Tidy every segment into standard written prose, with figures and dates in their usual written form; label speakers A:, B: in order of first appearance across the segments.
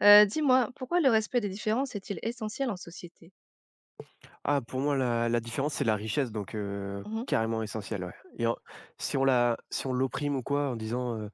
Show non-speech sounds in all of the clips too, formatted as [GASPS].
A: Dis-moi, pourquoi le respect des différences est-il essentiel en société?
B: Ah, pour moi, la différence, c'est la richesse, donc
A: Mmh mh.
B: carrément essentielle, ouais. Et en si on l'opprime ou quoi, en disant,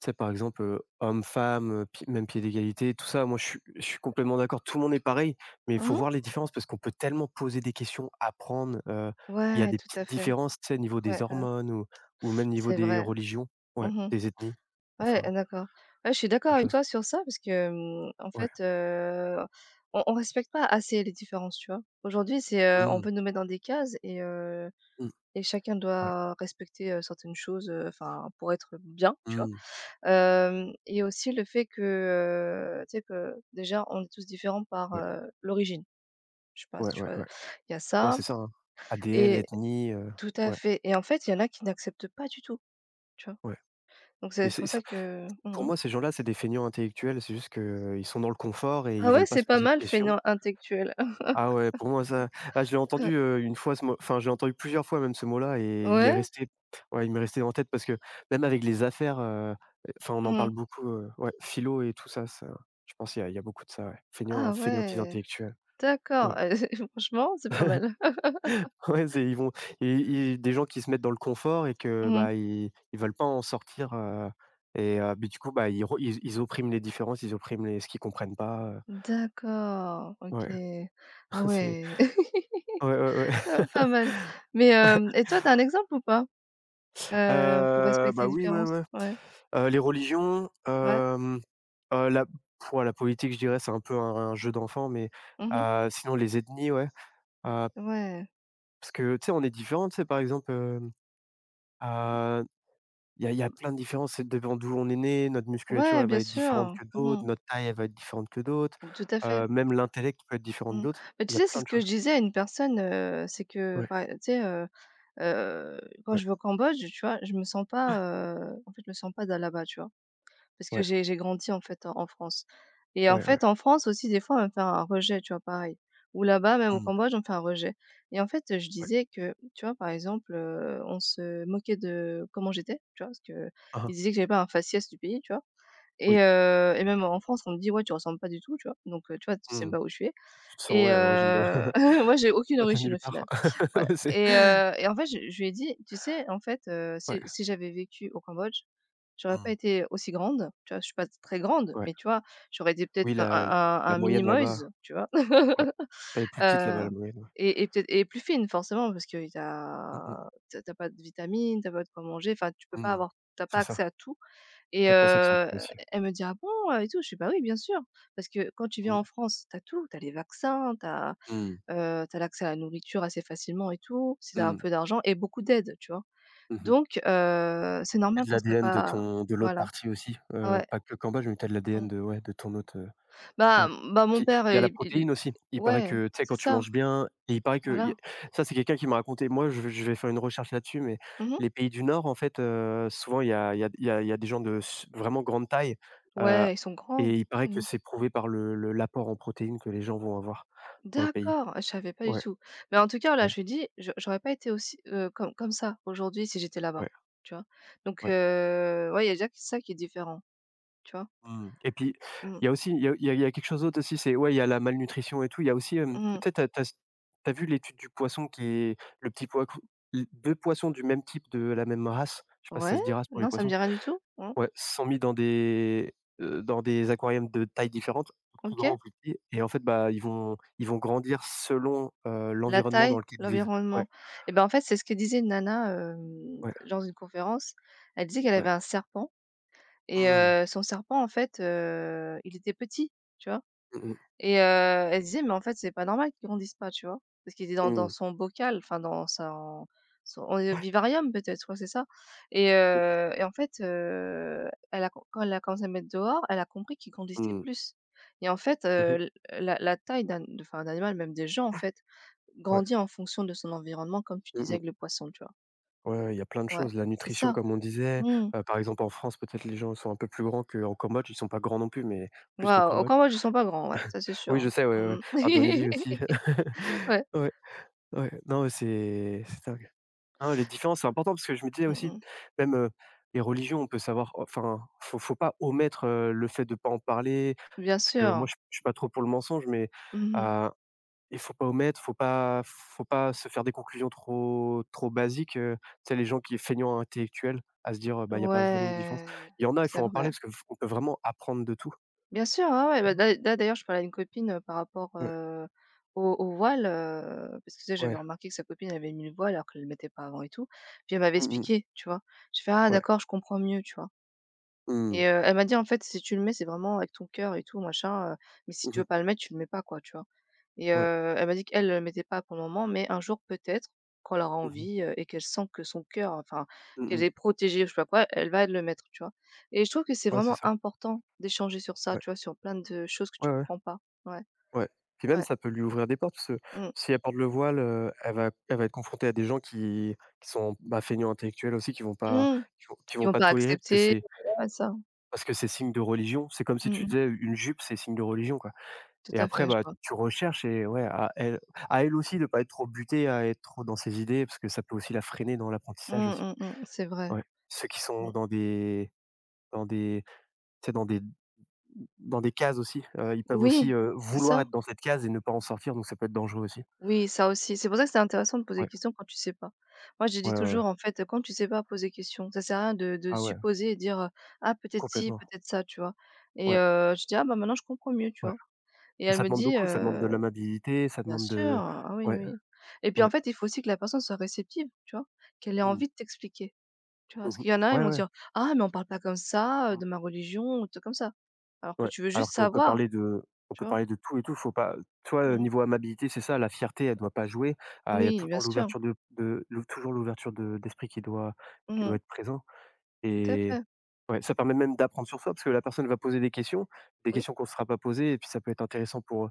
B: tu sais, par exemple, homme-femme, pi même pied d'égalité, tout ça, moi, je suis complètement d'accord. Tout le monde est pareil, mais il faut
A: Mmh.
B: voir les différences parce qu'on peut tellement poser des questions, apprendre, il y a
A: Ouais,
B: des
A: tout à
B: petites
A: fait.
B: différences, tu sais, au niveau des
A: Ouais,
B: hormones ou même niveau
A: c'est
B: des
A: vrai.
B: religions, ouais,
A: Mmh mh.
B: des ethnies,
A: Ouais,
B: enfin,
A: d'accord. Ouais, je suis
B: plein
A: d'accord
B: de
A: avec
B: choses.
A: toi sur ça parce que, en
B: Ouais.
A: fait, on respecte pas assez les différences, tu vois? Aujourd'hui, c'est, on
B: Mmh,
A: veut nous mettre dans des cases et heu
B: mmh,
A: et chacun
B: ouais,
A: doit respecter, certaines choses, enfin, pour être bien, tu vois?
B: mmh,
A: Hem Et aussi le fait que, tu sais que déjà, on est tous différents par,
B: ouais,
A: l'origine. Je sais pas,
B: ouais,
A: tu
B: ouais,
A: vois?
B: ouais.
A: Il y a
B: Ouais,
A: ça,
B: c'est ça, hein. ADN,
A: et
B: ethnie,
A: tout à
B: ouais,
A: fait, et en fait, il y en a qui n'acceptent pas du tout, tu vois?
B: ouais.
A: Donc
B: Et
A: c'est
B: c'est
A: pour ça
B: ça,
A: que
B: pour
A: mmh
B: moi, ces gens-là, c'est des feignants intellectuels, c'est juste qu'ils sont dans le confort et ils
A: Ah ouais,
B: veulent pas
A: c'est
B: se
A: pas
B: poser de
A: mal,
B: questions.
A: fainéant intellectuel. [LAUGHS]
B: Ah ouais, pour moi ça, ah je l'ai entendu, une fois ce mot, enfin, j'ai entendu plusieurs fois même ce mot-là et il est
A: Ouais?
B: resté, ouais, il m'est resté en tête parce que même avec les affaires, enfin, on en parle
A: Mmh.
B: beaucoup, ouais, philo et tout ça, ça, je pense qu'il y a beaucoup de ça, ouais. Feignants,
A: Ah
B: fainéantise
A: ouais,
B: intellectuelle, ouais.
A: d'accord, [LAUGHS] franchement, c'est pas mal.
B: Ouais, c'est ils vont, et des gens qui se mettent dans le confort et que,
A: Mmh.
B: bah, ils veulent pas en sortir, et mais du coup, bah, ils oppriment les différences, ils oppriment les ce qu'ils comprennent pas,
A: D'accord, OK.
B: ouais,
A: Ah
B: [LAUGHS] c'est
A: ouais, [LAUGHS]
B: ouais, ouais,
A: ah
B: ouais, [LAUGHS]
A: pas mal. Mais, hem et toi, t'as un exemple ou pas? Pour respecter
B: bah,
A: les
B: oui, ouais,
A: différences?
B: ouais,
A: Ouais,
B: les religions,
A: ouais.
B: la pouah, la politique, je dirais, c'est un peu un jeu d'enfant, mais
A: Mmh.
B: sinon les ethnies, ouais, heu,
A: Ouais.
B: parce que, tu sais, on est différents, tu sais, par exemple, heu il y a plein de différences, ça dépend d'où on est né, notre musculature,
A: Ouais,
B: elle
A: bien
B: va être différente
A: sûr.
B: que
A: Mmh.
B: d'autres, notre taille, elle va être différente que d'autres,
A: Tout à fait.
B: même l'intellect peut être différent que
A: Mmh.
B: d'autres.
A: Bah,
B: Il y
A: tu
B: a
A: sais, c'est
B: plein
A: ce
B: de
A: que je
B: choses.
A: disais à une personne, c'est que
B: Ouais,
A: par tu sais, heu, quand
B: ouais,
A: je vais au Cambodge, tu vois, je me sens pas, en fait, je me sens pas d'a là-bas, tu vois? Parce que
B: ouais,
A: j'ai grandi, en fait, en France. Et en
B: ouais, ouais.
A: fait, en France aussi, des fois, on me fait un rejet, tu vois, pareil. Ou là-bas, même au
B: Mmh,
A: Cambodge, on me fait un rejet. Et en fait, je
B: ouais.
A: disais que, tu vois, par exemple, on se moquait de comment j'étais, tu vois? Parce que
B: Hein, hein,
A: ils disaient que j'avais pas un faciès du pays, tu vois?
B: oui.
A: Et même en France, on me dit: «Ouais, tu ressembles pas du tout», tu vois? Donc tu vois, tu sais
B: Mmh.
A: pas où je suis.
B: Tu te sens,
A: Et
B: ouais, origine de [LAUGHS]
A: [LAUGHS] moi j'ai aucune
B: de
A: origine
B: nulle
A: au
B: part.
A: final.
B: [LAUGHS]
A: Ouais.
B: Ouais, c'est
A: Et en fait, je lui ai dit: «Tu sais, en fait, si
B: ouais.
A: si j'avais vécu au Cambodge, j'aurais pas
B: Mmh,
A: été aussi grande». Tu vois? Je suis pas très grande,
B: ouais.
A: mais tu vois, j'aurais été peut-être
B: Oui,
A: un
B: la
A: un
B: la
A: un mini
B: moyenne
A: Moïse,
B: là-bas,
A: tu vois?
B: ouais,
A: [LAUGHS]
B: elle est plus petite là-bas,
A: Heu
B: la moyenne, ouais.
A: et peut-être, et plus fine forcément parce que y
B: Mmh mh.
A: a tu as pas de vitamines, tu as pas de quoi manger, enfin tu peux pas
B: Mmh.
A: avoir, tu as pas
B: C'est
A: accès
B: ça.
A: à tout. Et
B: Peut-être pour ça qu'ils sont petits aussi.
A: elle me dit: «Ah bon?» Et tout. Je fais: «Bah oui, bien sûr, parce que quand tu viens en
B: Mmh.
A: France, tu as tout, tu as les vaccins,
B: Mmh.
A: tu as l'accès à la nourriture assez facilement et tout, si tu as un
B: Mmh.
A: peu d'argent et beaucoup d'aide, tu vois?
B: Mmh.
A: Donc c'est normal
B: Et de
A: qu'on serait
B: l'ADN de
A: pas,
B: ton de l'autre
A: voilà.
B: partie aussi,
A: Ah ouais.
B: pas que cambodge, mais tu as de
A: Mmh.
B: l'ADN de ouais, de ton autre,
A: Bah
B: ouais.
A: m- bah mon
B: Puis
A: père
B: il y a la
A: il.
B: protéine aussi. Il paraît
A: Ouais,
B: que, tu sais,
A: c'est
B: quand tu
A: ça,
B: manges bien et il paraît qu'il y a
A: voilà.
B: ça, c'est quelqu'un qui m'a raconté. Moi, je vais faire une recherche là-dessus, mais
A: Mmh.
B: les pays du nord, en fait, souvent, il y a il y a il y a il y a des gens de s vraiment grande taille, heu
A: Ouais, ils sont grands.
B: et il paraît que
A: Mmh.
B: c'est prouvé par le l'apport en protéines que les gens vont avoir dans le pays.
A: D'accord, je savais pas du
B: Ouais,
A: tout. Mais en tout cas, là
B: ouais,
A: je lui dis: «Je j'aurais pas été aussi, comme ça aujourd'hui si j'étais là-bas»,
B: ouais,
A: tu vois? Donc
B: ouais.
A: ouais, il y a déjà ça qui est différent, tu vois?
B: Mmh. Et puis,
A: Mmh.
B: il y a aussi il y a il y a il y a quelque chose d'autre aussi, c'est ouais, il y a la malnutrition et tout, il y a aussi, tu
A: Mmh.
B: sais, tu as tu vu l'étude du poisson qui est le petit poisson, 2 poissons du même type, de la même race, je sais pas si
A: Ouais?
B: ça se dit race pour les
A: Non, ça me
B: poissons?
A: dit rien du tout? Mmh.
B: Ouais, sont mis dans des aquariums de tailles différentes, plus grand
A: OK.
B: ou plus petit et en fait, bah, ils vont grandir selon,
A: La
B: l'environnement dans
A: taille,
B: lequel ils vivent. Ouais,
A: l'environnement. Et ben, en fait, c'est ce que disait une nana,
B: ouais,
A: lors d'une conférence. Elle disait qu'elle
B: ouais.
A: avait un serpent. Et
B: Mmh.
A: son serpent, en fait, il était petit, tu vois?
B: Mmh mh.
A: Et elle disait: «Mais en fait, c'est pas normal qu'il grandisse pas», tu vois? Parce qu'il était dans
B: Mmh.
A: son bocal, enfin dans son vivarium peut-être, ouais, c'est ça. Et en fait, elle a quand elle a commencé à le mettre dehors, elle a compris qu'il grandissait
B: Mmh.
A: plus. Et en fait,
B: Mmh.
A: l la la taille d'un d enfin, d'un animal, même des gens, en fait,
B: Ouais.
A: grandit en fonction de son environnement, comme tu disais
B: Mmh.
A: avec le poisson, tu vois?
B: Ouais, ouais, il y a plein de
A: Ouais,
B: choses. La
A: c'est
B: nutrition,
A: ça.
B: comme on disait,
A: Mmh.
B: par exemple, en France, peut-être les gens sont un peu plus grands qu'en Cambodge. Ils sont pas grands non plus, mais plus qu'au
A: Waouh!
B: Cambodge.
A: Encore moi, je sens pas grand, ouais, ça c'est
B: Oui,
A: sûr,
B: je sais, ouais, ouais, ouais.
A: hein. Mmh.
B: Indonésie aussi.
A: [LAUGHS] Ouais.
B: [LAUGHS] Ouais, ouais. Non, mais c'est dingue. Non, les différences, c'est important parce que je me disais
A: Mmh
B: aussi,
A: mh.
B: même, les religions, on peut savoir oh, enfin, faut pas omettre, le fait de pas en parler
A: Bien
B: parce que
A: sûr.
B: moi, je suis pas trop pour le mensonge, mais
A: Mmh.
B: heu il faut pas omettre, faut pas se faire des conclusions trop basiques, tu sais les gens qui feignants intellectuels à se dire, «Bah, il y a pas vraiment de différence».
A: Ouais,
B: Il y en a, il
A: c'est
B: faut en
A: vrai.
B: parler parce qu'on peut vraiment apprendre de tout.
A: Bien sûr, ouais, ouais, bah, d'a là d'ailleurs, je parlais à une copine, par rapport,
B: Ouais,
A: au voile, parce que tu sais, j'avais
B: ouais.
A: remarqué que sa copine elle avait mis le voile alors qu'elle ne le mettait pas avant et tout. Puis elle m'avait
B: Mmh mh.
A: expliqué, tu vois? J'ai fait: «Ah
B: Ouais.
A: d'accord, je comprends mieux», tu vois?
B: Mmh.
A: Et elle m'a dit: «En fait, si tu le mets, c'est vraiment avec ton cœur et tout machin, mais si tu
B: Mmh.
A: veux pas le mettre, tu le mets pas quoi», tu vois? Et
B: Ouais.
A: elle m'a dit qu'elle, elle mettait pas pour le moment, mais un jour peut-être, quand elle aura
B: Mmh mh.
A: envie, et qu'elle sent que son cœur, enfin, qu'elle
B: Mmh.
A: est protégée, je sais pas quoi, elle va le mettre, tu vois? Et je trouve que c'est
B: Ouais, c'est
A: vraiment
B: ça.
A: important d'échanger sur ça,
B: Ouais.
A: tu vois? Sur plein de choses que tu
B: Ouais, ouais,
A: comprends pas. Ouais,
B: ouais. Puis même,
A: ouais.
B: ça peut lui ouvrir des portes parce que
A: Mmh.
B: si elle porte le voile, elle va être confrontée à des gens qui sont, bah, feignants intellectuels aussi, qui vont pas
A: Mmh.
B: qui vont qui
A: Qu'ils
B: vont
A: vont
B: pas
A: pas
B: tolérer parce que
A: accepter.
B: c'est,
A: Ouais, ça.
B: parce que c'est signe de religion. C'est comme si
A: Mmh
B: tu
A: mh.
B: disais une jupe, c'est signe de religion, quoi,
A: Tout
B: et
A: à
B: après,
A: fait, je
B: bah,
A: vois.
B: tu recherches et ouais, à elle, à elle aussi de pas être trop butée, à être trop dans ses idées parce que ça peut aussi la freiner dans
A: Mmh,
B: l'apprentissage aussi.
A: mmh, mmh. C'est vrai.
B: Ouais. Ceux qui sont
A: Mmh.
B: dans des tu sais, dans des cases aussi, ils peuvent
A: Oui,
B: aussi,
A: c'est
B: vouloir
A: ça.
B: être dans cette case et ne pas en sortir, donc ça peut être dangereux aussi.
A: Oui, ça aussi. C'est pour ça que c'est intéressant de poser des
B: Ouais,
A: questions quand tu sais pas. Moi, je dis
B: ouais, ouais, ouais.
A: toujours, en fait, quand tu sais pas, pose des questions. Ça sert à rien de
B: Ah ouais,
A: supposer et dire, ah, peut-être ci,
B: complètement.
A: peut-être ça, tu vois. Et
B: Ouais,
A: je dis, ah, bah maintenant, je comprends mieux, tu
B: ouais,
A: vois. Et
B: et
A: elle
B: ça
A: me
B: demande
A: dit,
B: beaucoup, ça demande de l'amabilité, ça
A: bien
B: demande
A: sûr,
B: de
A: ah oui,
B: ouais,
A: oui. Et puis, en
B: ouais.
A: fait, il faut aussi que la personne soit réceptive, tu vois, qu'elle ait
B: Mmh.
A: envie de t'expliquer, tu vois. Parce
B: Mmh.
A: qu'il y en a, ils
B: Ouais,
A: vont
B: ouais.
A: dire, ah, mais on parle pas comme ça,
B: Mmh.
A: de ma religion, ou tout comme ça. Alors que
B: Ouais,
A: tu veux
B: alors
A: juste
B: qu'on peut
A: savoir,
B: parler de, on
A: tu
B: peut
A: vois.
B: parler de tout et tout, faut pas, toi, vois,
A: Mm.
B: niveau amabilité, c'est ça, la fierté, elle doit pas jouer. Ah, il y a tout
A: Oui,
B: le
A: bien
B: temps
A: sûr.
B: l'ouverture de l'ou toujours l'ouverture de d'esprit qui doit
A: Mhm.
B: être présent
A: Tout à
B: et
A: fait.
B: ouais, ça permet même d'apprendre sur soi parce que la personne va poser des
A: Oui,
B: questions qu'on ne sera pas posées et puis ça peut être intéressant pour,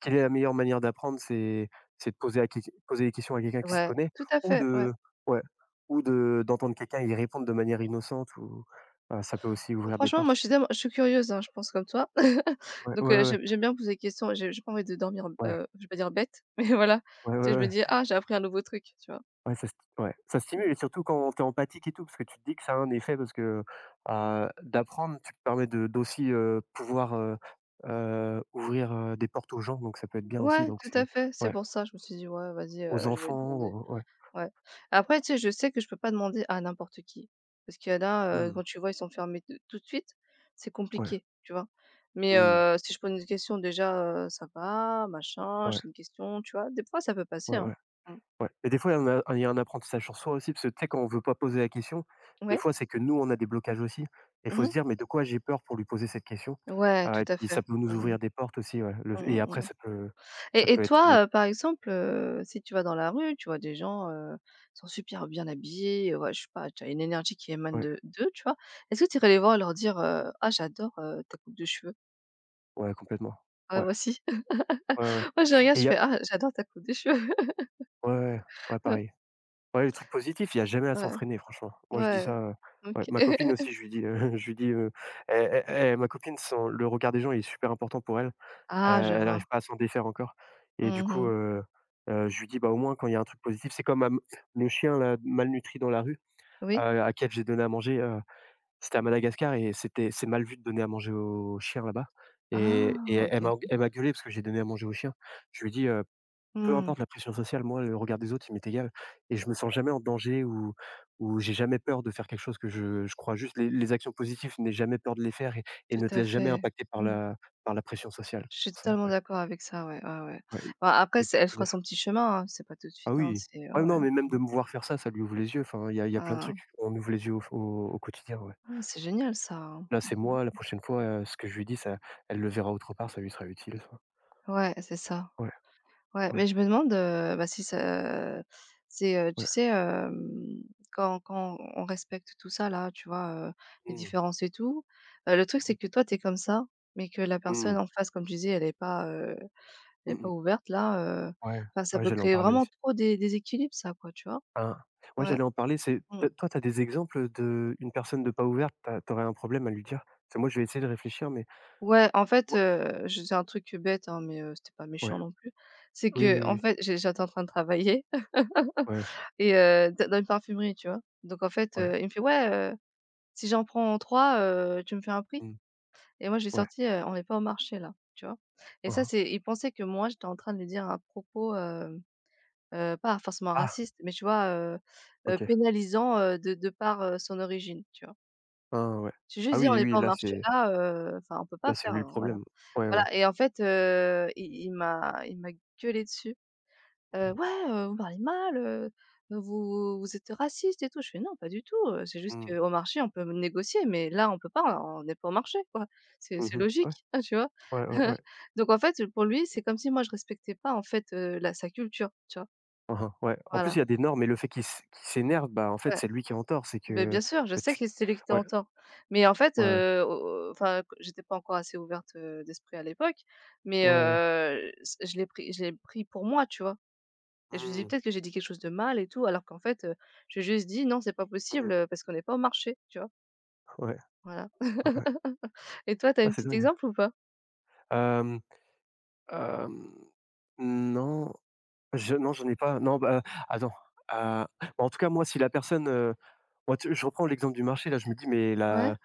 B: quelle est la meilleure manière d'apprendre? C'est de poser à quel, poser des questions à quelqu'un qui s'y
A: ouais,
B: connaît
A: tout à
B: ou
A: fait, ouais.
B: de ouais, ou de d'entendre quelqu'un y répondre de manière innocente ou, ça peut aussi ouvrir des
A: Franchement, moi,
B: portes.
A: je suis curieuse, hein, je pense comme toi. [LAUGHS]
B: Ouais, ouais,
A: Donc
B: ouais, ouais.
A: j'aime bien poser des questions, j'ai pas envie de dormir,
B: Ouais,
A: je vais pas dire bête, [LAUGHS] mais voilà.
B: ouais,
A: Tu sais,
B: ouais,
A: je me
B: ouais.
A: dis: «Ah, j'ai appris un nouveau truc», tu vois?
B: Ouais, ça st ouais, ça
A: Mmh.
B: stimule et surtout quand tu es empathique et tout, parce que tu te dis que ça a un effet parce que, d'apprendre, tu te permets de d'aussi, pouvoir, ouvrir, des portes aux gens, donc ça peut être bien aussi,
A: Ouais,
B: donc
A: tout à
B: c'est
A: fait, c'est
B: ouais,
A: pour ça, je me suis dit: «Ouais, vas-y,
B: aux
A: je vais lui
B: enfants,
A: demander».
B: aux ouais.
A: Ouais. Après, tu sais, je sais que je peux pas demander à n'importe qui, parce qu'il y en a,
B: Mmh,
A: quand tu vois, ils sont fermés de tout de suite, c'est
B: ouais,
A: compliqué, tu vois? Mais
B: mmh,
A: si je pose une question déjà, «Ça va?» machin,
B: ouais,
A: «J'ai une question», tu vois? Des fois, ça peut passer,
B: ouais,
A: hein.
B: ouais,
A: Mmh.
B: ouais. Et des fois, il y en a il y a un apprentissage sur soi aussi parce que tu sais, quand on veut pas poser la question, des
A: Ouais.
B: fois, c'est que nous, on a des blocages aussi et il faut se
A: Mmh.
B: dire: «Mais de quoi j'ai peur pour lui poser cette question?»
A: Ouais, tout
B: Et
A: à
B: puis
A: fait.
B: ça peut nous
A: Mmh mh.
B: ouvrir des portes aussi, ouais, le
A: Mmh
B: et
A: mh,
B: après
A: mmh.
B: ça
A: Et
B: peut être
A: toi, par exemple, si tu vas dans la rue, tu vois des gens, sont super bien habillés, ouais, je sais pas, tu as une énergie qui émane
B: ouais.
A: de d'eux, tu vois? Est-ce que tu irais les voir et leur dire, «Ah j'adore, ta coupe de cheveux»?
B: Ouais, complètement.
A: Ouais,
B: Ouais,
A: moi aussi. [LAUGHS]
B: ouais, ouais. Ouais.
A: Moi je les regarde,
B: Et il
A: je
B: y a
A: fais: «Ah j'adore ta coupe de cheveux».
B: ouais, ouais, ouais, ouais, pareil. Ouais, les trucs positifs, il y a jamais
A: [LAUGHS]
B: à
A: Ouais,
B: s'entraîner franchement. Moi, je dis
A: ouais,
B: ça, ouais,
A: OK.
B: ma copine
A: [LAUGHS]
B: aussi, je lui dis, [LAUGHS] je lui dis, elle ma copine, son le regard des gens, il est super important pour elle.
A: Ah je
B: Elle
A: vois.
B: n'arrive pas à s'en défaire encore et du coup,
A: Mmh.
B: je lui dis: «Bah, au moins, quand il y a un truc positif», c'est comme ma m, le chien là, malnutri dans la rue,
A: Oui?
B: à qui j'ai donné à manger, c'était à Madagascar et c'était c'est mal vu de donner à manger aux chiens là-bas et et
A: Ah
B: elle
A: OK.
B: m'a
A: OK.
B: elle m'a gueulé parce que j'ai donné à manger aux chiens. Je lui dis peu
A: Mmh.
B: importe la pression sociale, moi, le regard des autres, il m'est égal et je me sens jamais en danger ou j'ai jamais peur de faire quelque chose que je crois juste. Les actions positives, n'aie jamais peur de les faire et
A: Tout
B: ne te
A: à
B: laisse jamais
A: fait.
B: impacter par
A: Mmh.
B: la, par la pression sociale.
A: Je suis
B: Ça,
A: totalement
B: ouais,
A: d'accord avec ça, ouais, ouais, ouais.
B: ouais, il
A: Bah, après,
B: y a que
A: c'est elle
B: du
A: fera
B: bénéf.
A: son petit chemin, hein, c'est pas tout de
B: Ah
A: suite, hein,
B: oui,
A: c'est ouais,
B: ah
A: ouais.
B: non, mais même
A: Mmh.
B: de me voir faire ça, ça lui ouvre les yeux. Enfin, il y a plein de
A: Ah,
B: trucs. On ouvre les yeux au au quotidien, ouais.
A: ah, c'est génial ça, hein.
B: Là,
A: Mmh
B: c'est
A: mmh.
B: moi, la prochaine fois, ce que je lui dis, ça, elle le verra autre part, ça lui sera utile, ça.
A: Ouais, c'est ça.
B: Ouais,
A: Ouais,
B: ouais,
A: mais je me demande, bah, si ça c'est, tu
B: ouais.
A: sais, quand on respecte tout ça là, tu vois, les
B: Mmh.
A: différences et tout, le truc c'est
B: Mmh
A: que toi, t'es comme ça, mais que la personne
B: mh.
A: en face, comme tu disais, elle est pas, heu, elle est
B: Mmh
A: pas
B: mh.
A: ouverte là,
B: Ouais,
A: enfin ça
B: ouais,
A: peut
B: j'allais en
A: créer
B: parler
A: vraiment
B: aussi.
A: trop des déséquilibres ça, quoi, tu vois?
B: Hein, ouais,
A: Ouais.
B: j'allais en parler, c'est
A: Mmh.
B: t toi, tu as des exemples de une personne de pas ouverte, tu as un problème à lui dire? C'est moi, je vais essayer de réfléchir, mais
A: Ouais, en fait,
B: moi,
A: je c'est un truc bête, hein, mais, c'était pas
B: ouais,
A: méchant non plus. C'est
B: oui, oui,
A: que, en
B: oui,
A: fait, j'étais en train de travailler [LAUGHS]
B: oui, ouais,
A: et d dans une parfumerie, tu vois? Donc en fait,
B: ouais,
A: il me fait: «Ouais, heu, si j'en prends 3, tu me fais un prix?»
B: mmh,
A: Et moi, je lui ai
B: ouais,
A: sorti, «On n'est pas au marché là», tu vois? Et
B: hein,
A: ça,
B: hein.
A: c'est il pensait que moi, j'étais en train de lui dire un propos, pas forcément
B: Ah!
A: raciste, mais tu vois,
B: OK.
A: pénalisant, de par, son origine, tu vois?
B: Ah ouais.
A: J'ai
B: Ah
A: juste dit: «On
B: oui,
A: n'est
B: oui,
A: pas au
B: là,
A: marché là, enfin, on peut pas
B: c'est
A: faire,
B: lui le
A: voilà».
B: problème. Ouais, ouais.
A: Voilà. Et en fait, il m'a gueulé dessus.
B: Mmh
A: «Ouais, vous parlez mal, vous êtes raciste et tout». Je fais: «Non, pas du tout, c'est juste
B: mh.
A: qu'au marché, on peut négocier, mais là, on peut pas, on n'est pas au marché, quoi. C'est
B: Mmh. Ouais,
A: logique», [LAUGHS] tu vois?
B: ouais, ouais, ouais.
A: Donc en fait, pour lui, c'est comme si moi, je respectais pas, en fait, la sa culture, tu vois?
B: Hein, hein, ouais. En plus,
A: Voilà,
B: il y a des normes et le fait qu'il s'énerve, bah, en fait,
A: ouais.
B: c'est lui qui est en tort, c'est
A: Beh,
B: que,
A: bien sûr, je
B: bah,
A: sais
B: tu,
A: qu'il sélectait
B: ouais,
A: en tort. Mais en fait,
B: ouais, ouais,
A: au au enfin, q j'étais pas encore assez ouverte, d'esprit à l'époque, mais
B: ouais, ouais.
A: s je l'ai pris pour moi, tu vois? Et je me suis dit:
B: Mmh.
A: «Peut-être que j'ai dit quelque chose de mal et tout», alors qu'en fait, j'ai juste dit: «Non, c'est pas possible,
B: Mmh.
A: parce qu'on n'est pas au marché», tu vois?
B: Ouais,
A: Voilà.
B: ouais,
A: [LAUGHS] Et toi, t'as
B: ouais,
A: un
B: c'est
A: petit
B: dingue.
A: exemple ou pas?
B: Hem, hem, non. Je Non, j'en ai pas. Non, bah, attends, bah, en tout cas, moi, si la personne, moi, tu je reprends l'exemple du marché, là, je me dis: «Mais
A: Ouais,
B: la,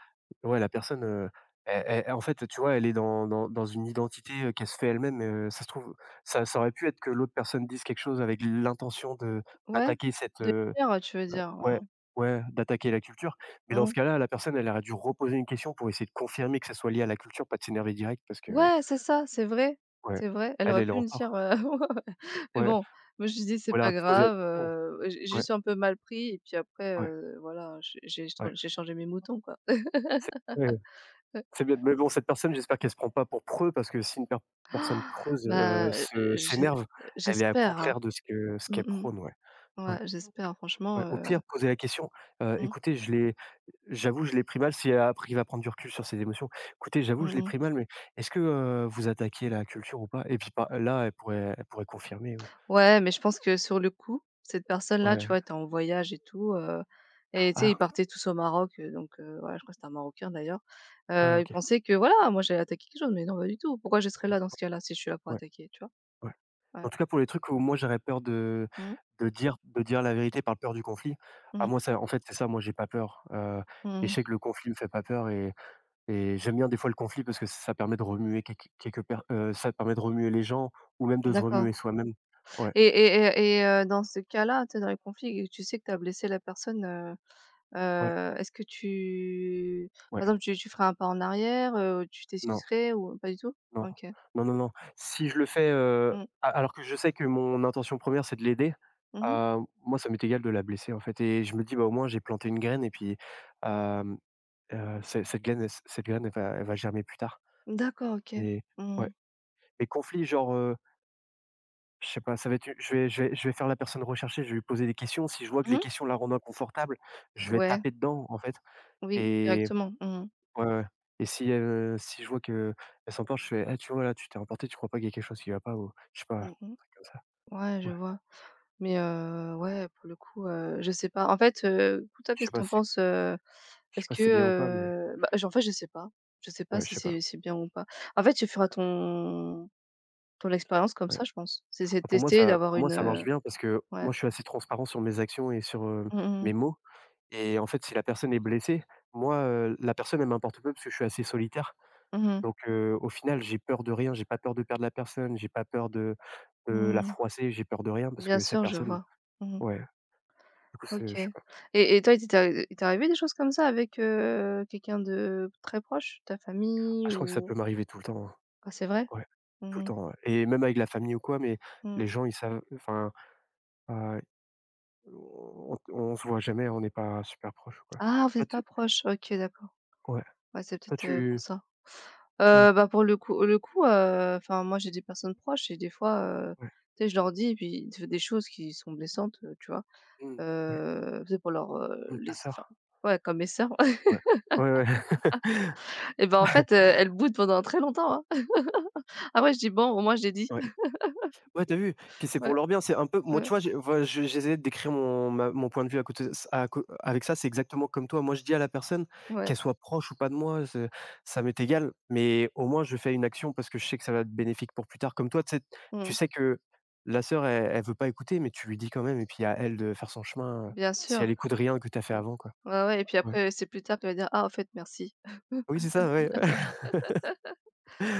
B: ouais, la personne, elle en fait, tu vois, elle est dans une identité, qu'elle se fait elle-même, ça se trouve, ça ça aurait pu être que l'autre personne dise quelque chose avec l'intention de
A: ouais.
B: d'attaquer cette,
A: De dire, tu veux dire?
B: ouais,
A: Mmh.
B: ouais, d'attaquer la culture». Mais dans
A: Mmh.
B: ce cas-là, la personne, elle aurait dû reposer une question pour essayer de confirmer que ça soit lié à la culture, pas de s'énerver direct parce que,
A: Ouais, c'est ça, c'est vrai,
B: ouais,
A: c'est vrai. Elle
B: elle,
A: aurait
B: elle est
A: pu
B: en
A: me
B: tort,
A: dire,
B: quoi.
A: [LAUGHS] mais
B: Ouais,
A: bon, moi, je lui dis: «C'est
B: ou elle
A: pas
B: aurait pu poser la
A: grave,
B: question.
A: ouais, j'ai
B: Ouais,
A: juste un peu mal pris» et puis après,
B: ouais,
A: voilà, j'ai j'ai ch
B: ouais.
A: j'ai changé mes moutons, quoi. [GASPS]
B: C'est, ouais,
A: [LAUGHS]
B: c'est bien. Mais bon, cette personne, j'espère qu'elle se prend pas pour preux, parce que si une personne
A: Ah,
B: preuse,
A: bah,
B: se
A: je
B: s'énerve, elle est à
A: j'espère, hein.
B: contraire de ce que ce
A: Mmh
B: qu'elle
A: mh.
B: prône, ouais. Ouais,
A: Ouais, j'espère franchement,
B: ouais. Au pire, poser la question,
A: mmh.
B: «Écoutez, je l'ai j'avoue, je l'ai pris mal», si elle a appris à prendre du recul sur ses émotions. «Écoutez, j'avoue,
A: Mmh
B: je l'ai
A: mh.
B: pris mal, mais est-ce que, vous attaquez la culture ou pas?» et puis, par là, elle pourrait confirmer,
A: Ouais, mais je pense que sur le coup, cette personne-là, tu
B: ouais.
A: vois, était en voyage et tout, et tu sais, ils
B: Ah!
A: partaient tous au Maroc, donc voilà, je crois que c'était un Marocain d'ailleurs.
B: Ah,
A: Il
B: OK.
A: pensait que voilà, moi j'allais attaquer quelque chose, mais non, pas du tout. Pourquoi je serais là dans ce cas-là, si je suis là pour
B: Ouais.
A: attaquer, tu vois?
B: Ouais.
A: Ouais.
B: En tout cas, pour les trucs où moi j'aurais peur de
A: Mmh,
B: dire la vérité par peur du conflit, ah
A: mmh,
B: moi ça en fait c'est ça, moi j'ai pas peur, et je
A: mmh,
B: sais que le conflit me fait pas peur et j'aime bien des fois le conflit parce que ça permet de remuer quelques quelques per ça permet de remuer les gens ou même de se remuer
A: d'accord.
B: soi-même. Ouais,
A: et et Dans ce cas-là, tu sais, dans les conflits et tu sais que tu as blessé la personne,
B: ouais,
A: est-ce que tu
B: ouais.
A: par exemple, tu ferais un pas en arrière, tu
B: Non,
A: t'excuserais ou pas du tout?
B: non.
A: OK.
B: Non, non, non. Si je le fais,
A: Mmh.
B: a alors que je sais que mon intention première c'est de l'aider,
A: Mmh.
B: heu, moi ça m'est égal de la blesser en fait et je me dis: «Bah, au moins j'ai planté une graine» et puis, hem ce cette graine, elle va germer plus tard.
A: D'accord, OK.
B: Mais
A: Mmh.
B: ouais, mais conflit genre, je sais pas, ça va être je vais faire la personne recherchée, je vais lui poser des questions. Si je vois que
A: Mmh
B: les
A: mh.
B: questions la rendent inconfortable, je vais
A: Ouais,
B: taper dedans, en fait
A: oui,
B: et
A: directement. Mmh mh.
B: ouais, ouais et si je vois que elle s'emporte, je fais: «Eh, tu vois, là, tu t'es emporté tu crois pas qu'il y a quelque chose qui va pas?» ou je sais pas, un
A: Mmh mh.
B: truc comme ça.
A: Ouais, je
B: Ouais,
A: vois. Mais ouais, pour le coup, je sais pas. En fait, du coup, toi,
B: je
A: qu'est-ce
B: sais
A: que
B: pas
A: tu en
B: si
A: penses, heu?
B: je sais
A: Est-ce
B: pas
A: que,
B: si c'est bien ou pas, mais
A: bah, je en fait, je sais pas. Je sais pas
B: ouais, je
A: si
B: sais pas,
A: c'est bien ou pas. En fait, tu feras ton expérience comme
B: ouais.
A: ça, je pense. C'est de
B: Bah, pour moi
A: tester,
B: ça
A: d'avoir
B: pour moi
A: une,
B: ça marche bien parce que
A: ouais.
B: moi, je suis assez transparent sur mes actions et sur,
A: Mmh
B: mes
A: mh.
B: mots. Et en fait, si la personne est blessée, moi, la personne, elle m'importe peu parce que je suis assez solitaire.
A: Mmh mh.
B: Donc au final, j'ai peur de rien, j'ai pas peur de perdre la personne, j'ai pas peur de la
A: Mmh.
B: froisser, j'ai peur de rien parce
A: Bien
B: que cette
A: sûr, je
B: personne,
A: vois. Mmh mh.
B: ouais, du coup, c'est
A: OK.
B: je sais pas.
A: Et toi, il t'est arrivé des choses comme ça avec, quelqu'un de très proche? Ta
B: Ah,
A: famille
B: je crois que ça
A: ou
B: peut m'arriver tout le temps, hein.
A: ah, c'est vrai?
B: Ouais, tout le
A: Mmh
B: temps, ouais et même avec la famille ou quoi, mais
A: mmh.
B: les gens, ils savent enfin, heu, on se voit jamais, on n'est pas super proches quoi.
A: Ah, vous
B: Toi,
A: êtes pas
B: tu
A: proches? OK, d'accord.
B: Ouais,
A: Ouais, c'est
B: toi,
A: peut-être, pour
B: tu
A: ça.
B: ouais,
A: Bah, pour le coup, enfin, moi, j'ai des personnes proches et des fois, heu,
B: ouais,
A: tu sais, je leur dis et puis des choses qui sont blessantes, tu vois?
B: mmh, oui,
A: Tu sais, pour leur,
B: mmh,
A: les
B: ta
A: enfin,
B: sœur?
A: ouais, comme mes sœurs
B: Ouais. Ouais, ouais. [LAUGHS]
A: [LAUGHS] et ben, en fait, elles boudent pendant très longtemps, hein. [LAUGHS] Après, je dis: «Bon, au moins, je l'ai dit».
B: Ouais.
A: [LAUGHS]
B: Ouais, t'as vu? Puis c'est pour
A: Ouais,
B: leur bien, c'est un peu moi,
A: ouais,
B: tu vois, j'ai enfin, je j'essayais de décrire mon point de vue à côté à co avec ça, c'est exactement comme toi. Moi, je dis à la personne,
A: ouais,
B: qu'elle soit proche ou pas de moi, ce ça m'est égal, mais au moins je fais une action parce que je sais que ça va être bénéfique pour plus tard. Comme toi, tu sais tu
A: mmh,
B: sais que la sœur, elle elle veut pas écouter, mais tu lui dis quand même et puis à elle de faire son chemin,
A: bien
B: si
A: sûr.
B: elle écoute rien que t'as fait
A: Heu,
B: avant, quoi.
A: ouais, ouais et puis
B: Ouais.
A: après, c'est plus tard qu'elle va dire: «Ah, au fait, merci».
B: Oui, c'est ça, ouais. Ouais.